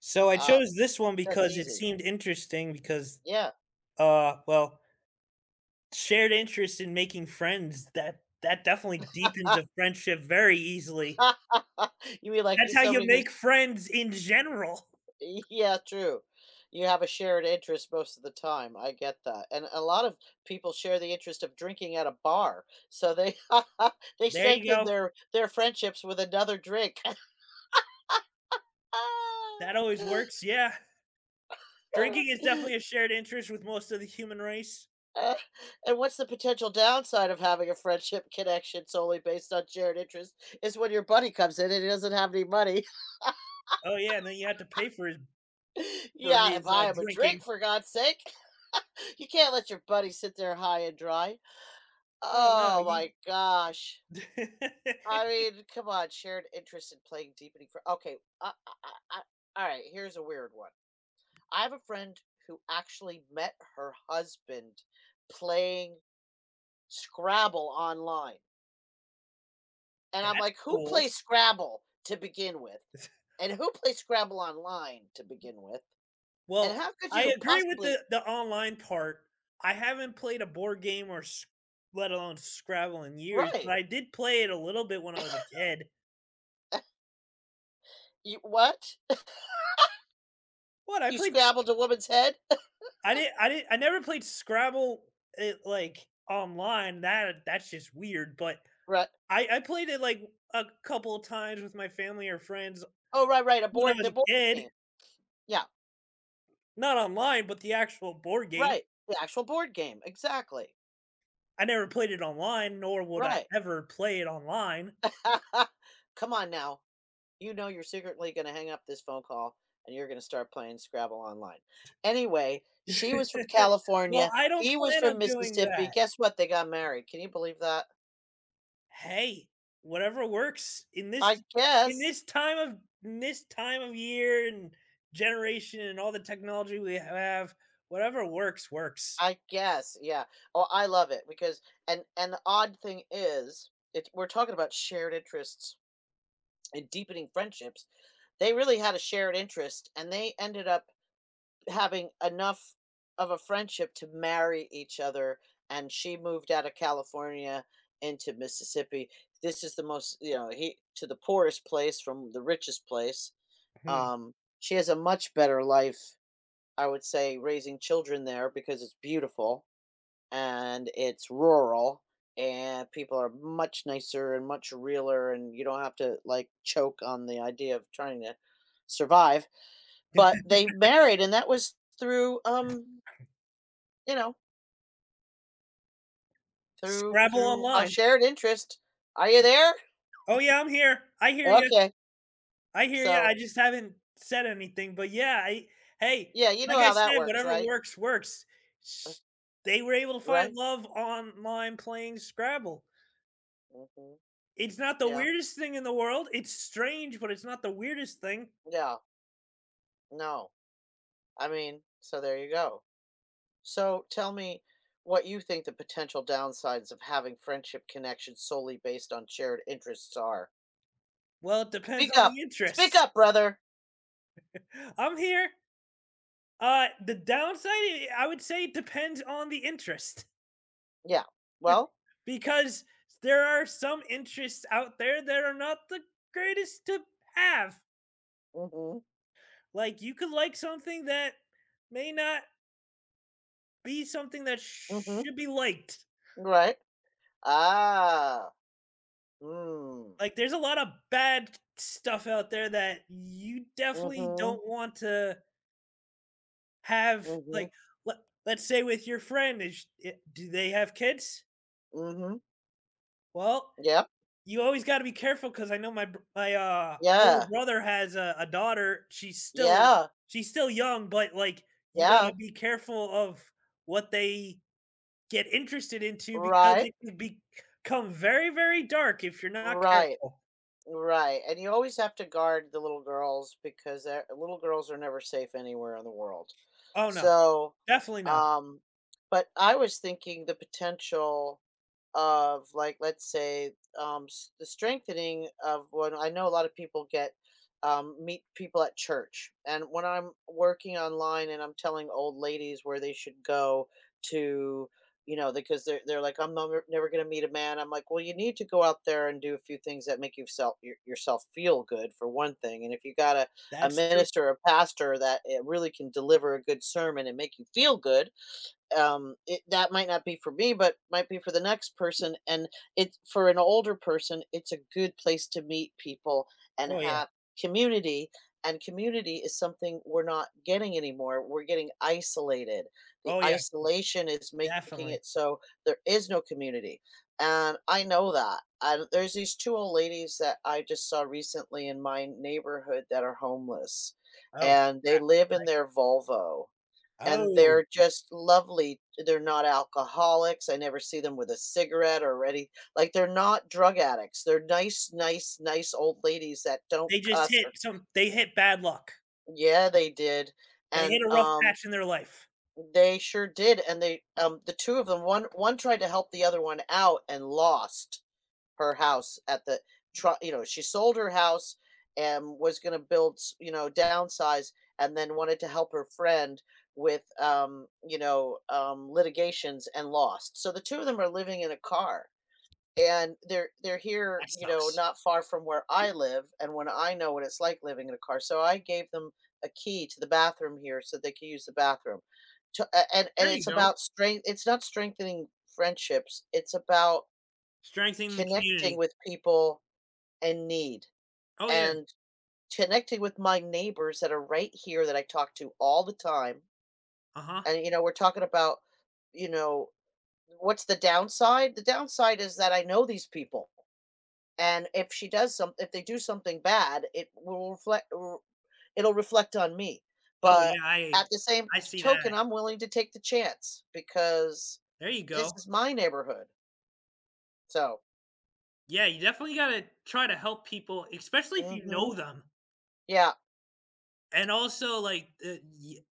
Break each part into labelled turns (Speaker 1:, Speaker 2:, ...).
Speaker 1: So I
Speaker 2: Uh,
Speaker 1: chose this one
Speaker 2: that's
Speaker 1: because it
Speaker 2: easy.
Speaker 1: seemed interesting because
Speaker 2: Yeah.
Speaker 1: uh well, shared interest in making friends that definitely deepens a friendship very easily.
Speaker 2: You mean like you
Speaker 1: That's how you
Speaker 2: somebody who's
Speaker 1: make friends in general.
Speaker 2: yeah, true. You have a shared interest most of the time. I get that. And a lot of people share the interest of drinking at a bar. So they they
Speaker 1: There you
Speaker 2: strengthen
Speaker 1: go.
Speaker 2: their friendships with another drink.
Speaker 1: That always works. Yeah. Drinking is definitely a shared interest with most of the human race.
Speaker 2: Uh, and what's the potential downside of having a friendship connection solely based on shared interest is when your buddy comes in and he doesn't have any money.
Speaker 1: Oh yeah, and then you have to pay for his
Speaker 2: You
Speaker 1: for
Speaker 2: gotta
Speaker 1: his uh
Speaker 2: buy him a drink
Speaker 1: drinking.
Speaker 2: for God's sake. You can't let your buddy sit there high and dry.
Speaker 1: Oh no,
Speaker 2: Oh
Speaker 1: you
Speaker 2: my gosh.
Speaker 1: That's
Speaker 2: I mean, come on, shared interest in playing deepening for okay. All right, here's a weird one. I have a friend who actually met her husband playing Scrabble online. And I'm like, who
Speaker 1: cool.
Speaker 2: plays Scrabble to begin with? And who plays Scrabble online to begin with? And
Speaker 1: Well,
Speaker 2: how could you
Speaker 1: I
Speaker 2: have
Speaker 1: agree with
Speaker 2: possibly
Speaker 1: the online part. I haven't played a board game or s Let alone Scrabble in years,
Speaker 2: right?
Speaker 1: but I did play it a little bit when I was a kid.
Speaker 2: you what?
Speaker 1: What, I
Speaker 2: You
Speaker 1: played s
Speaker 2: scrambled a woman's head?
Speaker 1: I never played Scrabble, like, online, that's just weird, but
Speaker 2: Right.
Speaker 1: I played it, like, a couple of times with my family or friends
Speaker 2: Oh, right, right. A
Speaker 1: when I
Speaker 2: board
Speaker 1: was
Speaker 2: the
Speaker 1: a
Speaker 2: board
Speaker 1: kid,
Speaker 2: game. Yeah.
Speaker 1: not online, but the actual board game.
Speaker 2: Right. The actual board game. Exactly.
Speaker 1: I never played it online, nor would I
Speaker 2: Right.
Speaker 1: ever play it online.
Speaker 2: Come on now. You know you're secretly gonna hang up this phone call and you're gonna start playing Scrabble online. Anyway, she was from
Speaker 1: Well,
Speaker 2: California,
Speaker 1: I don't
Speaker 2: he was
Speaker 1: plan
Speaker 2: from
Speaker 1: on doing
Speaker 2: Mississippi.
Speaker 1: that.
Speaker 2: Guess what? They got married. Can you believe that?
Speaker 1: Hey, whatever works in
Speaker 2: I guess.
Speaker 1: this time of in this time of year and generation and all the technology we have, whatever works, works.
Speaker 2: I guess. Yeah. Oh, I love it because and the odd thing is it's we're talking about shared interests and deepening friendships, they really had a shared interest and they ended up having enough of a friendship to marry each other and she moved out of California into Mississippi. This is the most, you know, he to the poorest place from the richest place.
Speaker 1: Mhm.
Speaker 2: Um she has a much better life, I would say, raising children there because it's beautiful and it's rural and people are much nicer and much realer and you don't have to like choke on the idea of trying to survive but they married and that was through you know through
Speaker 1: Scrabble
Speaker 2: through a
Speaker 1: online.
Speaker 2: shared interest are you there
Speaker 1: Oh, yeah, I'm here. I hear you.
Speaker 2: okay
Speaker 1: I hear you.
Speaker 2: so
Speaker 1: I just haven't said anything, but hey,
Speaker 2: yeah you
Speaker 1: like
Speaker 2: know
Speaker 1: I
Speaker 2: how that
Speaker 1: said,
Speaker 2: works
Speaker 1: whatever
Speaker 2: right
Speaker 1: works, works.
Speaker 2: Uh,
Speaker 1: Sh They were able to find
Speaker 2: right
Speaker 1: love online playing Scrabble.
Speaker 2: hmm
Speaker 1: It's not the
Speaker 2: yeah
Speaker 1: weirdest thing in the world. It's strange, but it's not the weirdest thing.
Speaker 2: yeah no I mean so there you go. So tell me what you think the potential downsides of having friendship connections solely based on shared interests are.
Speaker 1: Well, it depends
Speaker 2: Speak
Speaker 1: on
Speaker 2: up.
Speaker 1: the
Speaker 2: Speak
Speaker 1: interests.
Speaker 2: up, brother.
Speaker 1: I'm here. The downside, I would say, it depends on the interest
Speaker 2: Yeah. Well,
Speaker 1: because there are some interests out there that are not the greatest to have.
Speaker 2: mm-hmm.
Speaker 1: Like, you could like something that may not be something that
Speaker 2: Mm-hmm.
Speaker 1: should be liked.
Speaker 2: Right. Ah. Mm.
Speaker 1: Like, there's a lot of bad stuff out there that you definitely
Speaker 2: Mm-hmm.
Speaker 1: don't want to have.
Speaker 2: Mm-hmm.
Speaker 1: Like, let let's say with your friend do they have kids?
Speaker 2: Mm-hmm.
Speaker 1: Well,
Speaker 2: Yep.
Speaker 1: you always got to be careful because I know my older
Speaker 2: Yeah.
Speaker 1: brother has a daughter. She's still
Speaker 2: Yeah.
Speaker 1: she's still young, but like you got
Speaker 2: Yeah.
Speaker 1: to be careful of what they get interested into because
Speaker 2: Right.
Speaker 1: become very dark if you're not
Speaker 2: Right.
Speaker 1: careful.
Speaker 2: Right. And you always have to guard the little girls because little girls are never safe anywhere in the world.
Speaker 1: Oh no,
Speaker 2: So,
Speaker 1: definitely not.
Speaker 2: um, but I was thinking the potential of like let's say the strengthening of what I know a lot of people get meet people at church and when I'm working online and I'm telling old ladies where they should go to you know because they're like I'm no, never, never going to meet a man. I'm like well you need to go out there and do a few things that make yourself feel good for one thing, and if you got a
Speaker 1: That's true.
Speaker 2: minister or pastor that it really can deliver a good sermon and make you feel good, it, that might not be for me but might be for the next person, and it's for an older person it's a good place to meet people and
Speaker 1: Oh yeah.
Speaker 2: have community. And community is something we're not getting anymore, we're getting isolated. The
Speaker 1: Oh yeah.
Speaker 2: isolation is making
Speaker 1: Definitely.
Speaker 2: it so there is no community. And I know that and there's these two old ladies that I just saw recently in my neighborhood that are homeless
Speaker 1: Oh
Speaker 2: and they
Speaker 1: crap.
Speaker 2: live in their Volvo and
Speaker 1: Oh,
Speaker 2: they're just lovely. They're not alcoholics. I never see them with a cigarette or any like they're not drug addicts. They're nice, nice, nice old ladies that don't
Speaker 1: they just
Speaker 2: cuss
Speaker 1: hit
Speaker 2: or
Speaker 1: some. They hit bad luck.
Speaker 2: Yeah, they did.
Speaker 1: They
Speaker 2: And,
Speaker 1: hit a rough patch in their life.
Speaker 2: they sure did, and they, the 2 of them, one tried to help the other one out and lost her house at the try you know, she sold her house and was gonna build, you know, downsize, and then wanted to help her friend with you know, litigations and lost. So the two of them are living in a car and they're here,
Speaker 1: That
Speaker 2: you know,
Speaker 1: sucks.
Speaker 2: not far from where I live and when I know what it's like living in a car. So I gave them a key to the bathroom here so they could use the bathroom. To, and
Speaker 1: There you
Speaker 2: it's
Speaker 1: go.
Speaker 2: about strength it's not strengthening friendships. It's about
Speaker 1: Strengthening the
Speaker 2: connecting
Speaker 1: community.
Speaker 2: with people in need,
Speaker 1: Oh yeah.
Speaker 2: and connecting with my neighbors that are right here that I talk to all the time,
Speaker 1: Uh-huh.
Speaker 2: and, you know, we're talking about, you know, what's the downside? The downside is that I know these people, and if she does some if they do something bad, it'll reflect on me,
Speaker 1: Oh
Speaker 2: but
Speaker 1: yeah, I
Speaker 2: at the same
Speaker 1: I see
Speaker 2: token,
Speaker 1: that.
Speaker 2: I'm willing to take the chance because
Speaker 1: There you
Speaker 2: this
Speaker 1: go.
Speaker 2: is my neighborhood, so
Speaker 1: Yeah, you definitely got to try to help people, especially if you
Speaker 2: Mhm.
Speaker 1: know them.
Speaker 2: Yeah.
Speaker 1: And also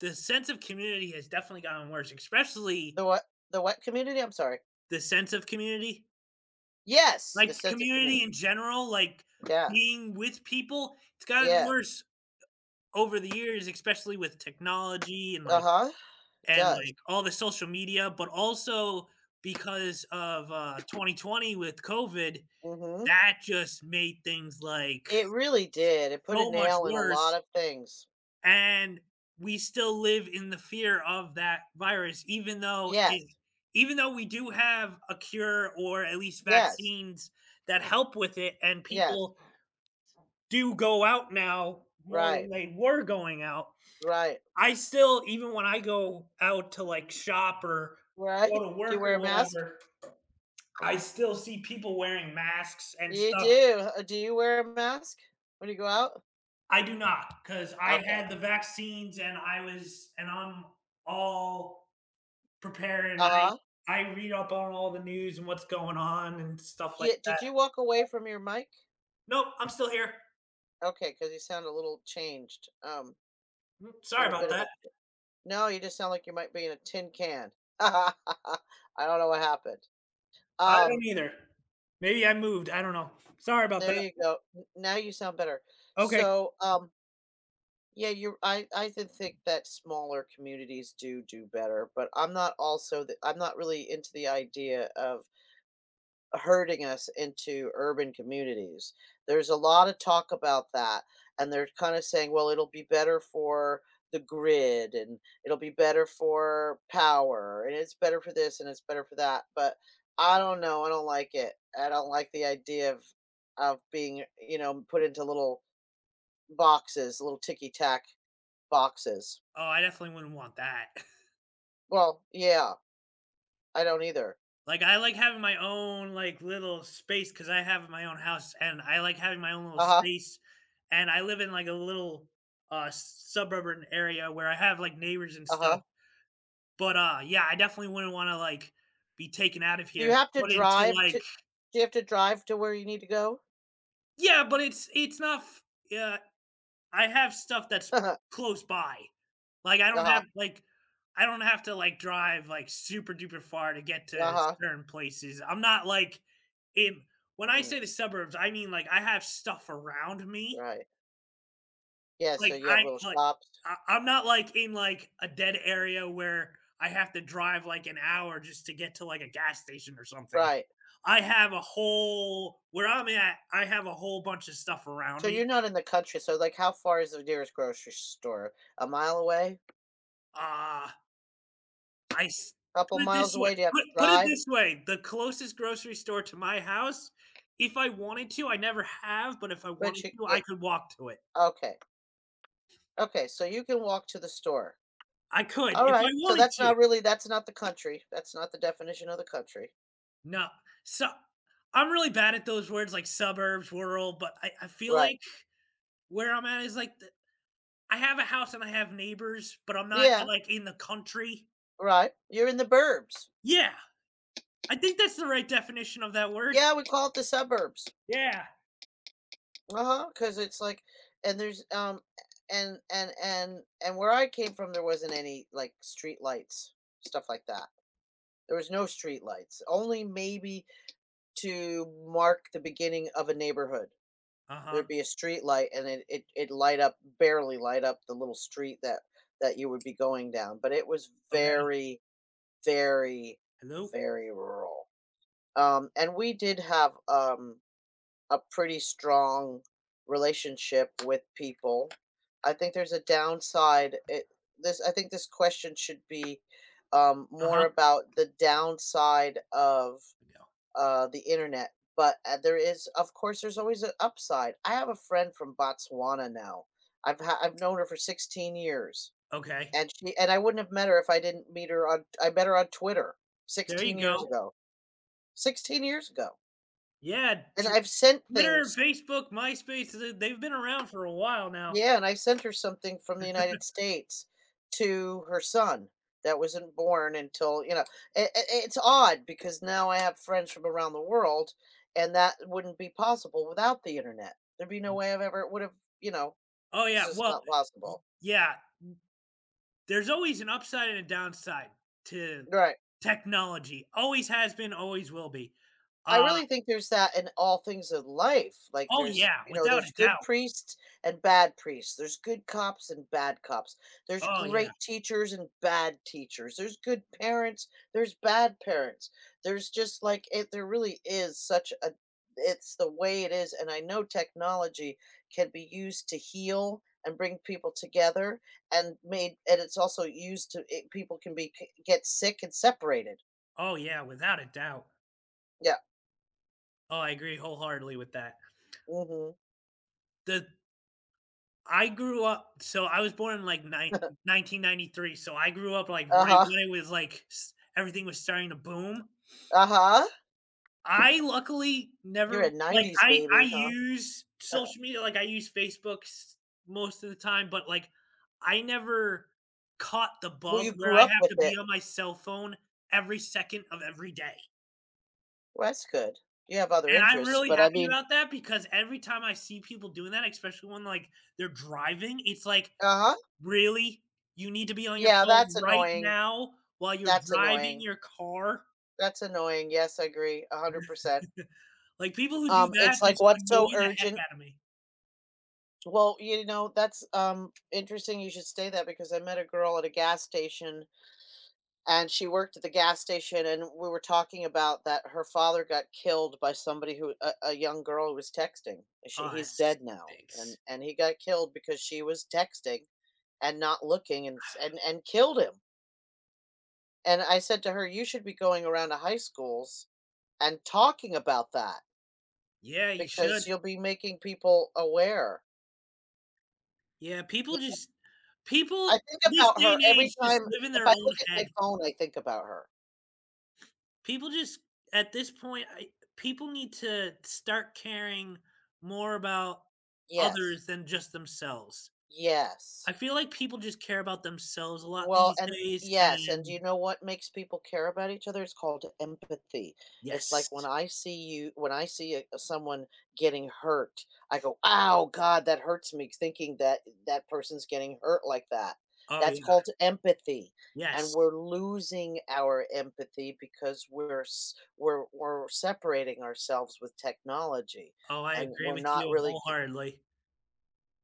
Speaker 1: the sense of community has definitely gotten worse, especially
Speaker 2: The what the what community? I'm sorry.
Speaker 1: the sense of community.
Speaker 2: Yes, the
Speaker 1: Like
Speaker 2: sense of
Speaker 1: community
Speaker 2: community.
Speaker 1: in general, like
Speaker 2: Yeah.
Speaker 1: being with people, it's gotten
Speaker 2: Yes.
Speaker 1: worse over the years, especially with technology and like
Speaker 2: Uh-huh. It
Speaker 1: and
Speaker 2: does.
Speaker 1: like all the social media, but also because of 2020 with COVID,
Speaker 2: Mhm.
Speaker 1: that just made things like
Speaker 2: It really did. It put a
Speaker 1: so much
Speaker 2: nail in a lot
Speaker 1: worse.
Speaker 2: of things.
Speaker 1: And we still live in the fear of that virus,
Speaker 2: Yes.
Speaker 1: even though we do have a cure or at least
Speaker 2: Yes.
Speaker 1: vaccines that help with it, and
Speaker 2: Yes.
Speaker 1: people do go out now more than
Speaker 2: Right.
Speaker 1: they were going out.
Speaker 2: Right.
Speaker 1: I still, even when I go out to like shop or
Speaker 2: Right.
Speaker 1: go to
Speaker 2: Do you
Speaker 1: work
Speaker 2: wear
Speaker 1: or
Speaker 2: a mask?
Speaker 1: whatever, I still see people wearing masks and
Speaker 2: You
Speaker 1: stuff.
Speaker 2: do. Do you wear a mask when you go out?
Speaker 1: I do not because I
Speaker 2: Okay.
Speaker 1: had the vaccines and I'm all prepared
Speaker 2: Uh-huh.
Speaker 1: I read up on all the news and what's going on and stuff like
Speaker 2: Yeah,
Speaker 1: that.
Speaker 2: did you walk away from your mic?
Speaker 1: Nope, I'm still here.
Speaker 2: Okay, because you sound a little changed. A
Speaker 1: Sorry
Speaker 2: little
Speaker 1: about
Speaker 2: bit of a
Speaker 1: that.
Speaker 2: No, you just sound like you might be in a tin can. I don't know what happened.
Speaker 1: I
Speaker 2: Um
Speaker 1: don't either. Maybe I moved. I don't know. Sorry about
Speaker 2: There
Speaker 1: that.
Speaker 2: you go. N Now you sound better.
Speaker 1: Okay.
Speaker 2: So, yeah, you I did think that smaller communities do better, but I'm not really into the idea of herding us into urban communities. There's a lot of talk about that, and they're kind of saying, well, it'll be better for the grid and it'll be better for power and it's better for this and it's better for that. But I don't know. I don't like it. I don't like the idea of being, you know, put into little boxes, little ticky tack boxes.
Speaker 1: Oh, I definitely wouldn't want that.
Speaker 2: Well, yeah, I don't either.
Speaker 1: Like I like having my own like little space because I have my own house and I like having my own little
Speaker 2: Uh huh.
Speaker 1: space. And I live in like a little suburban area where I have like neighbors and
Speaker 2: Uh
Speaker 1: stuff.
Speaker 2: huh.
Speaker 1: But yeah, I definitely wouldn't want to like be taken out of here and put into like
Speaker 2: Do you have to drive to where you need to go?
Speaker 1: yeah, but it's not f- yeah, I have stuff that's close by. Like I don't
Speaker 2: Uh-huh,
Speaker 1: have like I don't have to like drive like super duper far to get to
Speaker 2: uh-huh.
Speaker 1: certain places. I'm not like in When I
Speaker 2: Mm,
Speaker 1: say the suburbs, I mean like I have stuff around me.
Speaker 2: right. Yeah, so
Speaker 1: Like
Speaker 2: you have
Speaker 1: I
Speaker 2: little
Speaker 1: like
Speaker 2: shops.
Speaker 1: I'm not like in like a dead area where I have to drive like an hour just to get to like a gas station or something.
Speaker 2: Right.
Speaker 1: I have a whole Where I'm at, I have a whole bunch of stuff around
Speaker 2: So
Speaker 1: me.
Speaker 2: you're not in the country, so, like, how far is the nearest grocery store? A mile away?
Speaker 1: Uh I s
Speaker 2: Couple
Speaker 1: Put it
Speaker 2: miles
Speaker 1: this way,
Speaker 2: away? Do you have to drive?
Speaker 1: the closest grocery store to my house, if I wanted to, I never have, but if I wanted
Speaker 2: But you
Speaker 1: to,
Speaker 2: yeah,
Speaker 1: I could walk to it.
Speaker 2: okay. Okay, so you can walk to the store.
Speaker 1: I could
Speaker 2: All
Speaker 1: if I
Speaker 2: right. So
Speaker 1: wanted
Speaker 2: that's
Speaker 1: to.
Speaker 2: not really that's not the country. That's not the definition of the country.
Speaker 1: No, so I'm really bad at those words like suburbs, rural, but I feel
Speaker 2: Right.
Speaker 1: like where I'm at is like the I have a house and I have neighbors, but I'm not,
Speaker 2: Yeah,
Speaker 1: like, in the country.
Speaker 2: right. You're in the burbs.
Speaker 1: Yeah, I think that's the right definition of that word.
Speaker 2: Yeah, we call it the suburbs.
Speaker 1: Yeah.
Speaker 2: Uh-huh, huh. Cause it's like and there's, and where I came from, there wasn't any, like, street lights, stuff like that. There was no street lights, only maybe to mark the beginning of a neighborhood.
Speaker 1: Uh-huh.
Speaker 2: There'd be a street light and it light up barely light up the little street that that you would be going down, but it was
Speaker 1: Okay.
Speaker 2: very, very,
Speaker 1: Hello?
Speaker 2: very rural. And we did have, a pretty strong relationship with people. I think there's a downside. It, this I think this question should be more
Speaker 1: Uh-huh.
Speaker 2: about the downside of
Speaker 1: There you
Speaker 2: the internet. But there is, of course, there's always an upside. I have a friend from Botswana now. I've known her for 16 years,
Speaker 1: go. Okay.
Speaker 2: and she and I wouldn't have met her if I didn't meet her on. I met her on Twitter
Speaker 1: There you
Speaker 2: 16 years
Speaker 1: go.
Speaker 2: ago. 16 years ago,
Speaker 1: Yeah,
Speaker 2: and
Speaker 1: Tw
Speaker 2: I've sent
Speaker 1: Twitter,
Speaker 2: things
Speaker 1: Facebook, MySpace, th they've been around for a while now.
Speaker 2: Yeah, and I sent her something from the United States to her son that wasn't born until, you know I it's odd because now I have friends from around the world, and that wouldn't be possible without the internet. There'd be no way I've ever it would have you know,
Speaker 1: Oh,
Speaker 2: it's
Speaker 1: yeah,
Speaker 2: just
Speaker 1: well,
Speaker 2: not
Speaker 1: y
Speaker 2: possible.
Speaker 1: yeah, there's always an upside and a downside to
Speaker 2: Right.
Speaker 1: technology, always has been, always will be.
Speaker 2: I
Speaker 1: Uh,
Speaker 2: really think there's that in all things in life. Like
Speaker 1: oh,
Speaker 2: there's,
Speaker 1: yeah,
Speaker 2: you know,
Speaker 1: without
Speaker 2: there's
Speaker 1: a
Speaker 2: good
Speaker 1: doubt.
Speaker 2: priests and bad priests. There's good cops and bad cops. There's
Speaker 1: Oh, yeah.
Speaker 2: great teachers and bad teachers. There's good parents. There's bad parents. There's just like it there really is such a it's the way it is. And I know technology can be used to heal and bring people together and made and it's also used to people can be get sick and separated.
Speaker 1: Oh, yeah, without a doubt.
Speaker 2: Yeah.
Speaker 1: Oh, I agree wholeheartedly with that.
Speaker 2: Mm-hmm.
Speaker 1: The I grew up, so I was born in, like, 1993. So I grew up, like, right
Speaker 2: Uh-huh.
Speaker 1: when it was, like, s everything was starting to boom.
Speaker 2: Uh-huh.
Speaker 1: I luckily
Speaker 2: You're
Speaker 1: never
Speaker 2: a 90s
Speaker 1: I
Speaker 2: baby, huh?
Speaker 1: use
Speaker 2: Uh,
Speaker 1: social media, like I use Facebook, most of the time, but like I never caught the
Speaker 2: well,
Speaker 1: bug
Speaker 2: you
Speaker 1: where
Speaker 2: grew
Speaker 1: I
Speaker 2: up
Speaker 1: have
Speaker 2: with
Speaker 1: to
Speaker 2: it.
Speaker 1: be on my cell phone every second of every day.
Speaker 2: Well, that's good. You have other
Speaker 1: And I'm
Speaker 2: interests,
Speaker 1: really
Speaker 2: but I
Speaker 1: happy
Speaker 2: mean
Speaker 1: about that because every time I see people doing that, especially when like they're driving, it's like
Speaker 2: Uh-huh.
Speaker 1: really, you need to be on your
Speaker 2: Yeah, that's
Speaker 1: phone right
Speaker 2: annoying.
Speaker 1: now while you're
Speaker 2: That's
Speaker 1: driving
Speaker 2: annoying.
Speaker 1: your car.
Speaker 2: That's annoying. Yes, I agree 100%.
Speaker 1: Like people who do that
Speaker 2: It's like,
Speaker 1: just
Speaker 2: what's
Speaker 1: annoy
Speaker 2: so
Speaker 1: the heck
Speaker 2: urgent?
Speaker 1: out of me.
Speaker 2: Well, you know, that's, interesting you should say that because I met a girl at a gas station and she worked at the gas station and we were talking about that her father got killed by somebody who a young girl who was texting
Speaker 1: Oh, that
Speaker 2: he's dead now
Speaker 1: stinks.
Speaker 2: and he got killed because she was texting and not looking and and killed him and I said to her you should be going around to high schools and talking about that
Speaker 1: Yeah, you
Speaker 2: because
Speaker 1: should.
Speaker 2: you'll be making people aware
Speaker 1: Yeah, people
Speaker 2: Yeah,
Speaker 1: just people
Speaker 2: I think
Speaker 1: this
Speaker 2: about
Speaker 1: day
Speaker 2: her
Speaker 1: and
Speaker 2: every
Speaker 1: age
Speaker 2: time
Speaker 1: just live in
Speaker 2: if
Speaker 1: their
Speaker 2: I
Speaker 1: own
Speaker 2: look at my
Speaker 1: head.
Speaker 2: phone I think about her
Speaker 1: People just at this point, I People need to start caring more about
Speaker 2: yes
Speaker 1: others than just themselves. I
Speaker 2: yes
Speaker 1: feel like people just care about themselves a lot
Speaker 2: Well,
Speaker 1: these
Speaker 2: and
Speaker 1: days,
Speaker 2: yes, and do
Speaker 1: and
Speaker 2: you know what makes people care about each other? It's called empathy. It's like when
Speaker 1: yes.
Speaker 2: I see you, when I see someone getting hurt, I go, "Ow, God, that hurts me," thinking that that person's getting hurt like that.
Speaker 1: Oh,
Speaker 2: That's
Speaker 1: yeah.
Speaker 2: called empathy, and
Speaker 1: Yes.
Speaker 2: we're losing our empathy because we're separating ourselves with technology,
Speaker 1: Oh, I
Speaker 2: and
Speaker 1: agree
Speaker 2: we're
Speaker 1: with
Speaker 2: not
Speaker 1: you
Speaker 2: really
Speaker 1: wholeheartedly.